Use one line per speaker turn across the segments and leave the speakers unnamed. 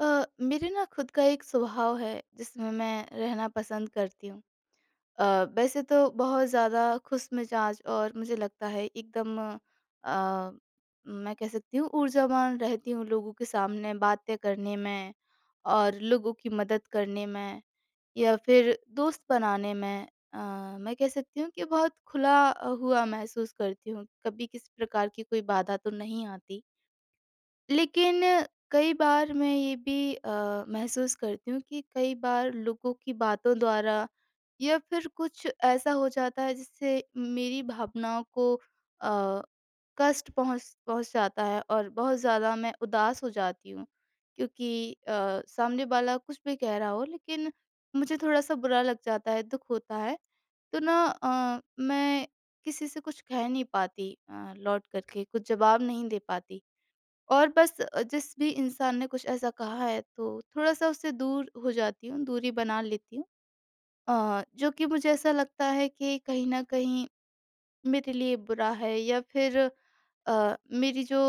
मेरे ना खुद का एक स्वभाव है जिसमें मैं रहना पसंद करती हूँ। अ, वैसे तो बहुत ज़्यादा खुश मिजाज और मुझे लगता है एकदम अ, मैं कह सकती हूँ ऊर्जावान रहती हूँ लोगों के सामने बातें करने में और लोगों की मदद करने में या फिर दोस्त बनाने में। अ, मैं कह सकती हूँ कि बहुत खुला हुआ महसूस करती हूँ, कभी किसी प्रकार की कोई बाधा तो नहीं आती। लेकिन कई बार मैं ये भी महसूस करती हूँ कि कई बार लोगों की बातों द्वारा या फिर कुछ ऐसा हो जाता है जिससे मेरी भावनाओं को कष्ट पहुँच पहुँच जाता है और बहुत ज़्यादा मैं उदास हो जाती हूँ, क्योंकि सामने वाला कुछ भी कह रहा हो लेकिन मुझे थोड़ा-सा बुरा लग जाता है, दुःख होता है। तो ना मैं किसी से कुछ कह नहीं पाती, लौट कर के, कुछ जवाब नहीं दे पाती। और बस जिस भी इंसान ने कुछ ऐसा कहा है तो थोड़ा-सा उससे दूर हो जाती हूँ, दूरी बना लेती हूँ। जो कि मुझे ऐसा लगता है कि कहीं न कहीं मेरे लिए बुरा है, या फिर अ, मेरी जो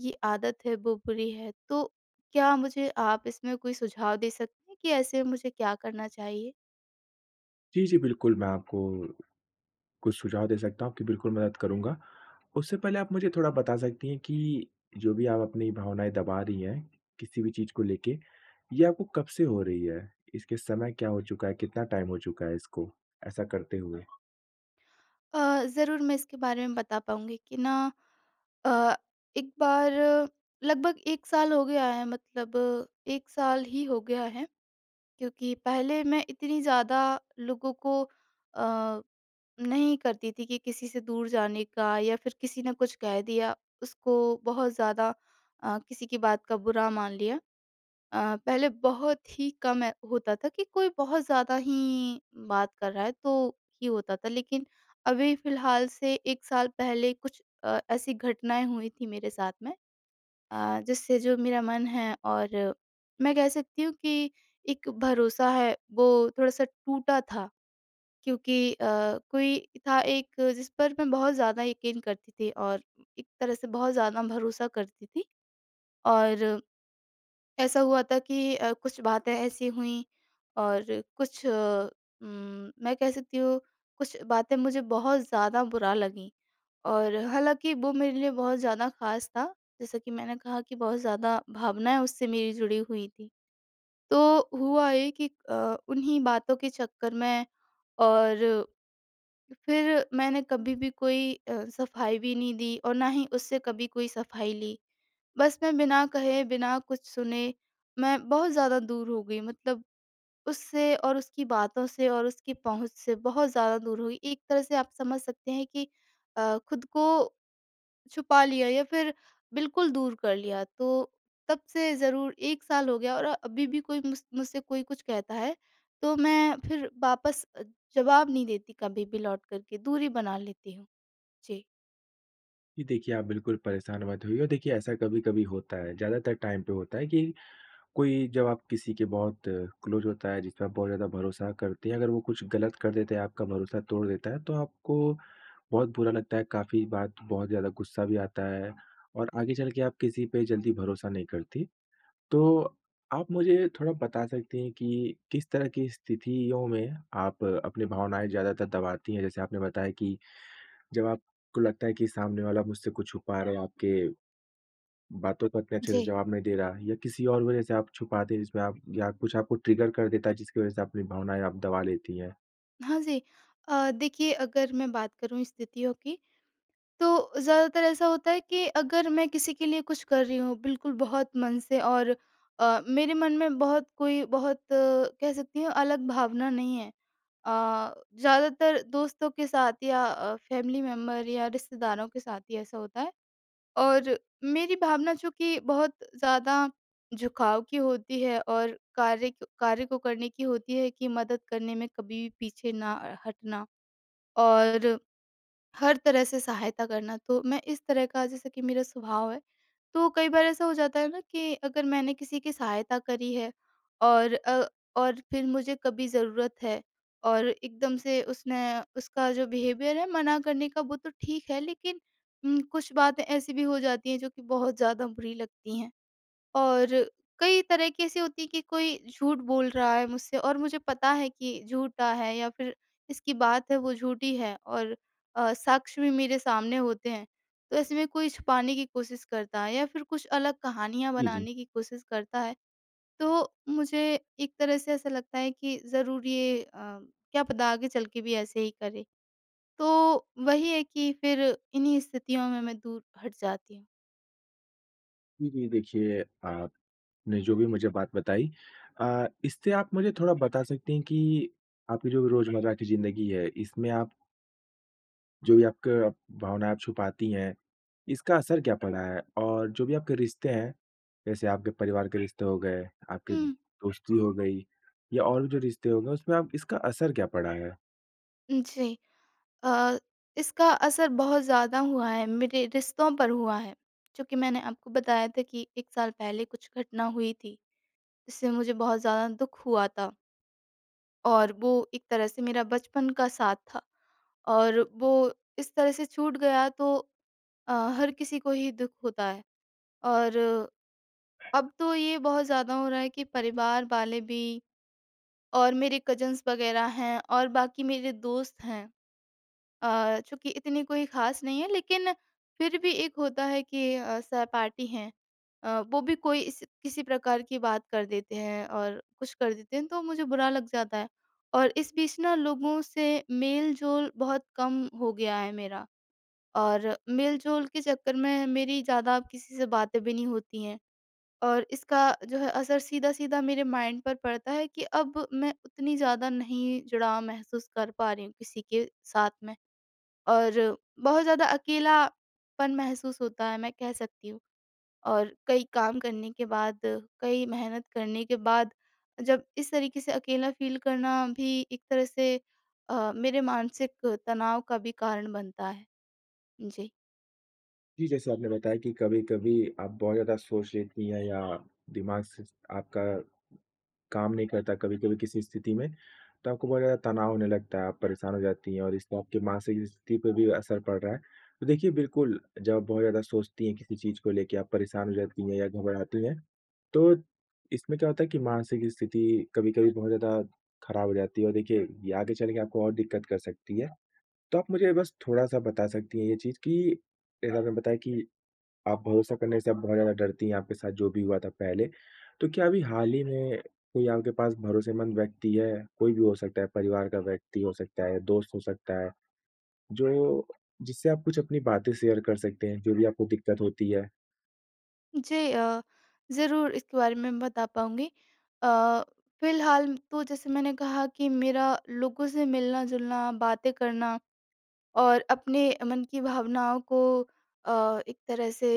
ये आदत है वो बुरी है। तो क्या मुझे आप इसमें कोई सुझाव दे सकते हैं कि ऐसे में मुझे क्या करना चाहिए?
जी, जी, बिल्कुल, मैं आपको कुछ सुझाव दे सकता हूँ, आपकी बिल्कुल मदद करूँगा। उससे पहले आप मुझे थोड़ा बता सकती हैं कि जो भी आप अपनी भावनाएँ दबा रही हैं, किसी भी चीज़ को लेके, ये आपको कब से हो रही है? इसके समय क्या हो चुका है? कितना टाइम हो चुका है इसको ऐसा करते हुए?
ज़रूर मैं इसके बारे में बता पाऊँगी कि ना अ, एक बार लगभग 1 साल हो गया है, मतलब 1 साल ही हो गया है। क्योंकि पहले मैं इतनी ज़्यादा लोगों को अ, नहीं करती थी कि किसी से दूर जाने का या फिर किसी ने कुछ कह दिया उसको बहुत ज़्यादा किसी की बात का बुरा मान लिया। पहले बहुत ही कम ए होता था कि कोई बहुत ज़्यादा ही बात कर रहा है तो ही होता था। लेकिन अभी फ़िलहाल से 1 साल पहले कुछ ऐसी घटनाएँ हुई थी मेरे साथ में, जिससे जो मेरा मन है और मैं कह सकती हूँ कि एक भरोसा है, वो थोड़ा-सा टूटा था। क्योंकि कोई था एक जिस पर मैं बहुत ज़्यादा यकीन करती थी और एक तरह से बहुत ज़्यादा भरोसा करती थी, और ऐसा हुआ था कि कुछ बातें ऐसी हुईं और कुछ मैं कह सकती हूँ कुछ बातें मुझे बहुत ज़्यादा बुरा लगीं। और हालाँकि वो मेरे लिए बहुत ज़्यादा ख़ास था, जैसा कि मैंने कहा कि बहुत ज़्यादा भावनाएँ उससे मेरी जुड़ी हुई थी। तो हुआ ये कि उन्हीं बातों के चक्कर में और फिर मैंने कभी भी कोई सफाई भी नहीं दी और ना ही उससे कभी कोई सफाई ली। बस मैं बिना कहे, बिना कुछ सुने मैं बहुत ज़्यादा दूर हो गई, मतलब उससे और उसकी बातों से और उसकी पहुँच से बहुत ज़्यादा दूर हो गई। एक तरह से आप समझ सकते हैं कि खुद को छुपा लिया या फिर बिल्कुल दूर कर लिया। तो तब से ज़रूर 1 साल हो गया, और अभी भी कोई मुझसे कोई कुछ कहता है, तो मैं फिर वापस जवाब नहीं देती कभी भी लौट कर के, दूरी बना लेती हूँ। जी।
जी, देखिए, आप बिल्कुल परेशान मत होइए और देखिए, ऐसा कभी-कभी होता है, ज़्यादातर टाइम पे होता है कि कोई जब आप किसी के बहुत क्लोज़ होता है, जिस पे आप बहुत ज़्यादा भरोसा करती हैं, अगर वो कुछ गलत कर देते हैं, आपका भरोसा तोड़ देता है, तो आपको बहुत बुरा लगता है, काफ़ी बात बहुत ज़्यादा गुस्सा भी आता है और आगे चल के आप किसी पे जल्दी भरोसा नहीं करती। तो आप मुझे थोड़ा बता सकती हैं कि किस तरह की स्थितियों में आप अपनी भावनाएँ ज़्यादातर दबाती हैं? जैसे आपने बताया कि जब आपको लगता है कि सामने वाला मुझसे कुछ छुपा रहा है, आपके बातों का इतने अच्छे से
जी।
जवाब नहीं दे रहा या किसी और वजह से आप छुपाते हैं जिसमें आप या कुछ आपको ट्रिगर कर देता है जिसकी वजह से अपनी भावनाएँ आप दबा लेती हैं?
हाँ जी। देखिए, अगर मैं बात करूँ स्थितियों की, तो ज़्यादातर ऐसा होता है कि अगर मैं किसी के लिए कुछ कर रही हूँ बिल्कुल बहुत मन से, और मेरे मन में बहुत कोई बहुत कह सकती हूँ अलग भावना नहीं है। अ, ज़्यादातर दोस्तों के साथ या फैमिली मेंबर या रिश्तेदारों के साथ ही ऐसा होता है, और मेरी भावना चूँकि बहुत ज़्यादा झुकाव की होती है, और कार्य को करने की होती है, कि मदद करने में कभी भी पीछे ना हटना और हर तरह से सहायता करना। तो मैं इस तरह का, जैसे कि मेरा स्वभाव है, तो कई बार ऐसा हो जाता है ना कि अगर मैंने किसी की सहायता करी है और और फिर मुझे कभी ज़रूरत है, और एकदम से उसने, उसका जो बिहेवियर है मना करने का वो तो ठीक है, लेकिन कुछ बातें ऐसी भी हो जाती हैं जो कि बहुत ज़्यादा बुरी लगती हैं। और कई तरह की ऐसी होती है कि कोई झूठ बोल रहा है मुझसे और मुझे पता है कि झूठा है, या फिर इसकी बात है वो झूठी है, और साक्ष्य भी मेरे सामने होते हैं। तो ऐसे में कोई छुपाने की कोशिश करता है या फिर कुछ अलग कहानियाँ
जी, जी।
बनाने की कोशिश करता है। तो मुझे एक तरह से ऐसा लगता है कि ज़रूर ये क्या पता आगे चल के भी ऐसे ही करे। तो वही है कि फिर इन्हीं स्थितियों में मैं दूर हट जाती हूँ।
जी, जी, देखिए आप आपने जो भी मुझे बात बताई इससे आप मुझे थोड़ा बता सकते हैं कि आपकी जो रोज़मर्रा की ज़िंदगी है, इसमें आप जो भी आपका भावनाएँ आप छुपाती हैं, इसका असर क्या पड़ा है? और जो भी आपके रिश्ते हैं, जैसे आपके परिवार के रिश्ते हो गए, आपकी
हुँ,
दोस्ती हो गई या और भी जो रिश्ते हो गए, उसमें आप इसका असर क्या पड़ा है?
जी। अ, इसका असर बहुत ज़्यादा हुआ है, मेरे रिश्तों पर हुआ है। चूँकि मैंने आपको बताया था कि 1 साल पहले कुछ घटना हुई थी, जिससे मुझे बहुत ज़्यादा दुःख हुआ था, और वो एक तरह से मेरा बचपन का साथ था, और वो इस तरह से छूट गया, तो अ, हर किसी को ही दुःख होता है। और अब तो ये बहुत ज़्यादा हो रहा है कि परिवार वाले भी, और मेरे कज़िन्स वग़ैरह हैं, और बाकी मेरे दोस्त हैं। चूँकि इतनी कोई ख़ास नहीं है, लेकिन फिर भी एक होता है कि सहपाठी हैं, वो भी कोई इस किसी प्रकार की बात कर देते हैं और कुछ कर देते हैं, तो मुझे बुरा लग जाता है। और इस बीच ना लोगों से मेल-जोल बहुत कम हो गया है मेरा, और मेल-जोल के चक्कर में मेरी ज़्यादा अब किसी से बातें भी नहीं होती हैं। और इसका जो है असर सीधा-सीधा मेरे माइंड पर पड़ता है कि अब मैं उतनी ज़्यादा नहीं जुड़ाव महसूस कर पा रही हूँ किसी के साथ में। और बहुत ज़्यादा अकेलापन महसूस होता है, मैं कह सकती हूँ। और कई काम करने के बाद, कई मेहनत करने के बाद, जब इस तरीके से अकेला फ़ील करना भी एक तरह से मेरे मानसिक तनाव का भी कारण बनता है। जी।
जी, जैसे आपने बताया कि कभी-कभी आप बहुत ज़्यादा सोच लेती हैं या दिमाग से आपका काम नहीं करता कभी-कभी किसी स्थिति में, तो आपको बहुत ज़्यादा तनाव होने लगता है, आप परेशान हो जाती हैं और इससे आपकी मानसिक स्थिति पे भी असर पड़ रहा है। तो देखिए बिल्कुल, जब आप बहुत ज़्यादा सोचती हैं किसी चीज़ को लेके, आप परेशान हो जाती हैं या घबराती हैं, तो इसमें क्या होता है कि मानसिक स्थिति कभी-कभी बहुत ज़्यादा खराब हो जाती है और देखिए ये आगे चल के आपको और दिक्कत कर सकती है। तो आप मुझे बस थोड़ा-सा बता सकती हैं ये चीज़ कि जैसे आपने बताया कि आप भरोसा करने से आप बहुत ज़्यादा डरती हैं, आपके साथ जो भी हुआ था पहले। तो क्या अभी हाल ही में कोई आपके पास भरोसेमंद व्यक्ति है? कोई भी हो सकता है, परिवार का व्यक्ति हो सकता है, दोस्त हो सकता है, जो जिससे आप कुछ अपनी बातें शेयर कर सकते हैं, जो भी आपको दिक्कत होती है?
जी, ज़रूर इसके बारे में बता पाऊँगी। अ, फ़िलहाल तो जैसे मैंने कहा कि मेरा लोगों से मिलना-जुलना, बातें करना और अपने मन की भावनाओं को एक तरह से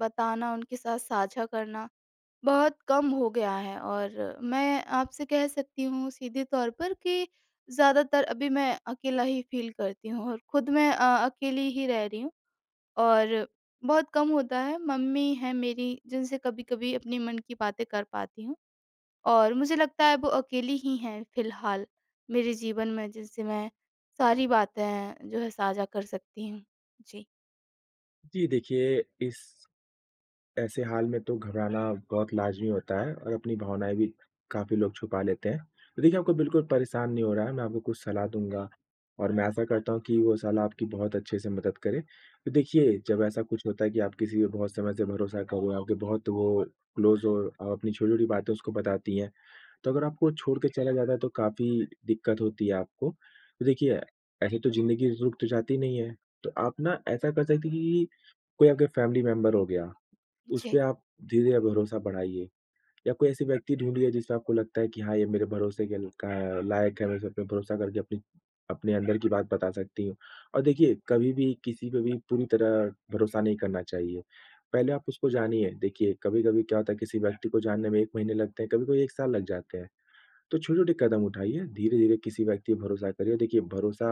बताना, उनके साथ साझा करना बहुत कम हो गया है, और मैं आपसे कह सकती हूँ सीधे तौर पर कि ज़्यादातर अभी मैं अकेला ही फ़ील करती हूँ, और खुद मैं अकेली ही रह रही हूँ, और बहुत कम होता है, मम्मी हैं मेरी जिनसे कभी-कभी अपने मन की बातें कर पाती हूँ। और मुझे लगता है वो अकेली ही हैं फिलहाल मेरे जीवन में जिनसे मैं सारी बातें जो है साझा कर सकती हूँ। जी,
जी, देखिए इस ऐसे हाल में तो घबराना बहुत लाज़मी होता है और अपनी भावनाएँ भी काफ़ी लोग छुपा लेते हैं। तो देखिए, आपको बिल्कुल परेशान नहीं होना है, मैं आपको कुछ सलाह दूँगा और मैं आशा करता हूँ कि वो सलाह आपकी बहुत अच्छे से मदद करे। तो देखिए, जब ऐसा कुछ होता है कि आप किसी पे बहुत समय से भरोसा कर रहे हो, आपके बहुत वो क्लोज़ हो, आप अपनी छोटी-छोटी बातें उसको बताती हैं, तो अगर आपको छोड़ के चला जाता है तो काफ़ी दिक्कत होती है आपको। तो देखिए, ऐसे तो ज़िंदगी रुक तो जाती नहीं है, तो आप ना ऐसा कर सकते हैं कि कोई आपके फैमिली मेंबर हो गया उसपे
जी,
आप धीरे भरोसा बढ़ाइए या कोई ऐसे व्यक्ति अच्छा। ढूँढिए जिस पे आपको लगता है कि हाँ, ये मेरे भरोसे के ल का लायक है, मैं इस पे भरोसा करके अपनी अपने अंदर की बात बता सकती हूँ। और देखिए, कभी भी किसी पे भी पूरी तरह भरोसा नहीं करना चाहिए। पहले आप उसको जानिए। देखिए, कभी-कभी क्या होता है किसी व्यक्ति को जानने में 1 महीने लगते हैं, कभी-कभी 1 साल लग जाते हैं। तो छोटे-छोटे कदम उठाइए, धीरे-धीरे किसी व्यक्ति पे भरोसा करिए। देखिए, भरोसा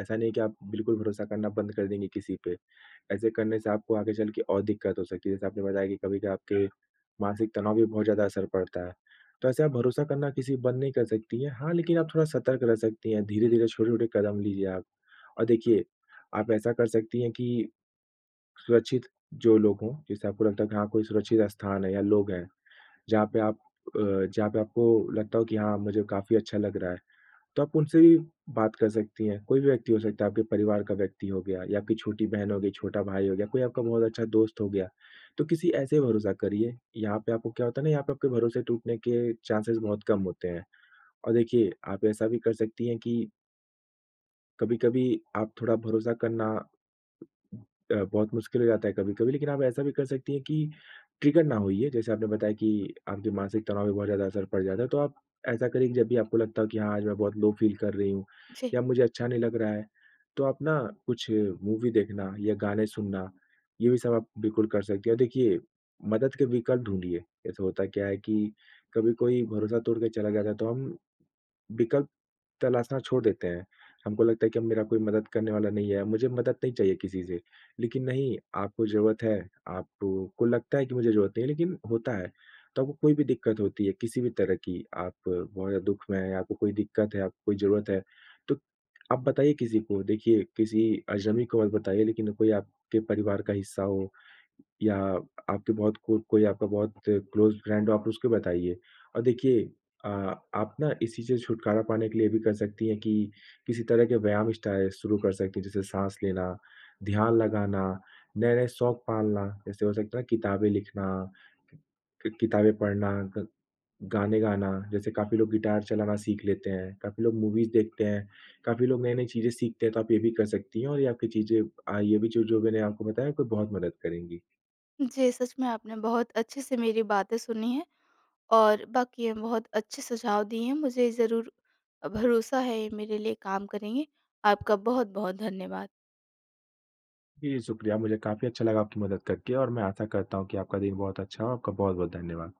ऐसा नहीं है कि आप बिल्कुल भरोसा करना बंद कर देंगे किसी पे। ऐसे करने से आपको आगे चल के और दिक्कत हो सकती है। जैसे आपने बताया कि कभी-कभी आपके मानसिक तनाव पे बहुत ज़्यादा असर पड़ता है। तो ऐसे आप भरोसा करना किसी पे बंद नहीं कर सकती हैं। हाँ, लेकिन आप थोड़ा सतर्क रह सकती हैं, धीरे-धीरे छोटे-छोटे कदम लीजिए आप। और देखिए, आप ऐसा कर सकती हैं कि सुरक्षित जो लोग हों, जैसे आपको लगता है कि हाँ, कोई सुरक्षित स्थान है या लोग हैं जहाँ पे आप अ, जहाँ पे आपको लगता हो कि हाँ, मुझे काफ़ी अच्छा लग रहा है, तो आप उनसे भी बात कर सकती हैं। कोई भी व्यक्ति हो सकता है, आपके परिवार का व्यक्ति हो गया या आपकी छोटी बहन हो गई, छोटा भाई हो गया, कोई आपका बहुत अच्छा दोस्त हो गया। तो किसी ऐसे भरोसा करिए, यहाँ पे आपको क्या होता है ना, यहाँ पे आपके भरोसे टूटने के चांसेस बहुत कम होते हैं। और देखिए, आप ऐसा भी कर सकती हैं कि कभी-कभी आप थोड़ा भरोसा करना अ, बहुत मुश्किल हो जाता है कभी-कभी, लेकिन आप ऐसा भी कर सकती हैं कि ट्रिगर ना होइए। जैसे आपने बताया कि आपके मानसिक तनाव पे बहुत ज़्यादा असर पड़ जाता है, तो आप ऐसा करिए कि जब भी आपको लगता हो कि हाँ, आज मैं बहुत लो फ़ील कर रही हूँ
जी।
या मुझे अच्छा नहीं लग रहा है, तो आप ना कुछ मूवी देखना या गाने सुनना, ये भी सब आप बिल्कुल कर सकती हैं। और देखिए, मदद के विकल्प ढूँढिए। जैसे होता क्या है कि कभी कोई भरोसा तोड़ के चला जाता है, तो हम विकल्प तलाशना छोड़ देते हैं। हमको लगता है कि अब मेरा कोई मदद करने वाला नहीं है, मुझे मदद नहीं चाहिए किसी से। लेकिन नहीं, आपको ज़रूरत है, आपको को लगता है कि मुझे ज़रूरत नहीं है, लेकिन होता है। तो आपको कोई भी दिक्कत होती है, किसी भी तरह की, आप बहुत ज़्यादा दुःख में हैं, आपको कोई दिक्कत है, आपको कोई ज़रूरत है, तो आप बताइए किसी को। देखिए, किसी अजनबी को मत बताइए, लेकिन कोई आपके परिवार का हिस्सा हो या आपके बहुत को कोई आपका बहुत क्लोज़ फ्रेंड हो, आप उसको बताइए। और देखिए अ, आप ना इस चीज़ से छुटकारा पाने के लिए ये भी कर सकती हैं कि किसी तरह के व्यायाम स्टाइल शुरू कर सकती हैं, जैसे साँस लेना, ध्यान लगाना, नए-नए शौक पालना, जैसे हो सकता है ना किताबें लिखना, कि किताबें पढ़ना, ग गाने गाना, जैसे काफ़ी लोग गिटार चलाना सीख लेते हैं, काफ़ी लोग मूवीज़ देखते हैं, काफ़ी लोग नई-नई चीज़ें सीखते हैं, तो आप ये भी कर सकती हैं और ये आपकी चीज़ें ये भी जो जो मैंने आपको बताया, आपको बहुत मदद करेंगी।
जी, सच में आपने बहुत अच्छे से मेरी बातें सुनी हैं, और बाकी ये बहुत अच्छे सुझाव दिए हैं। मुझे ज़रूर भरोसा है ये मेरे लिए काम करेंगे। आपका बहुत-बहुत धन्यवाद।
जी, शुक्रिया। मुझे काफ़ी अच्छा लगा आपकी मदद करके और मैं आशा करता हूँ कि आपका दिन बहुत अच्छा हो। आपका बहुत-बहुत धन्यवाद।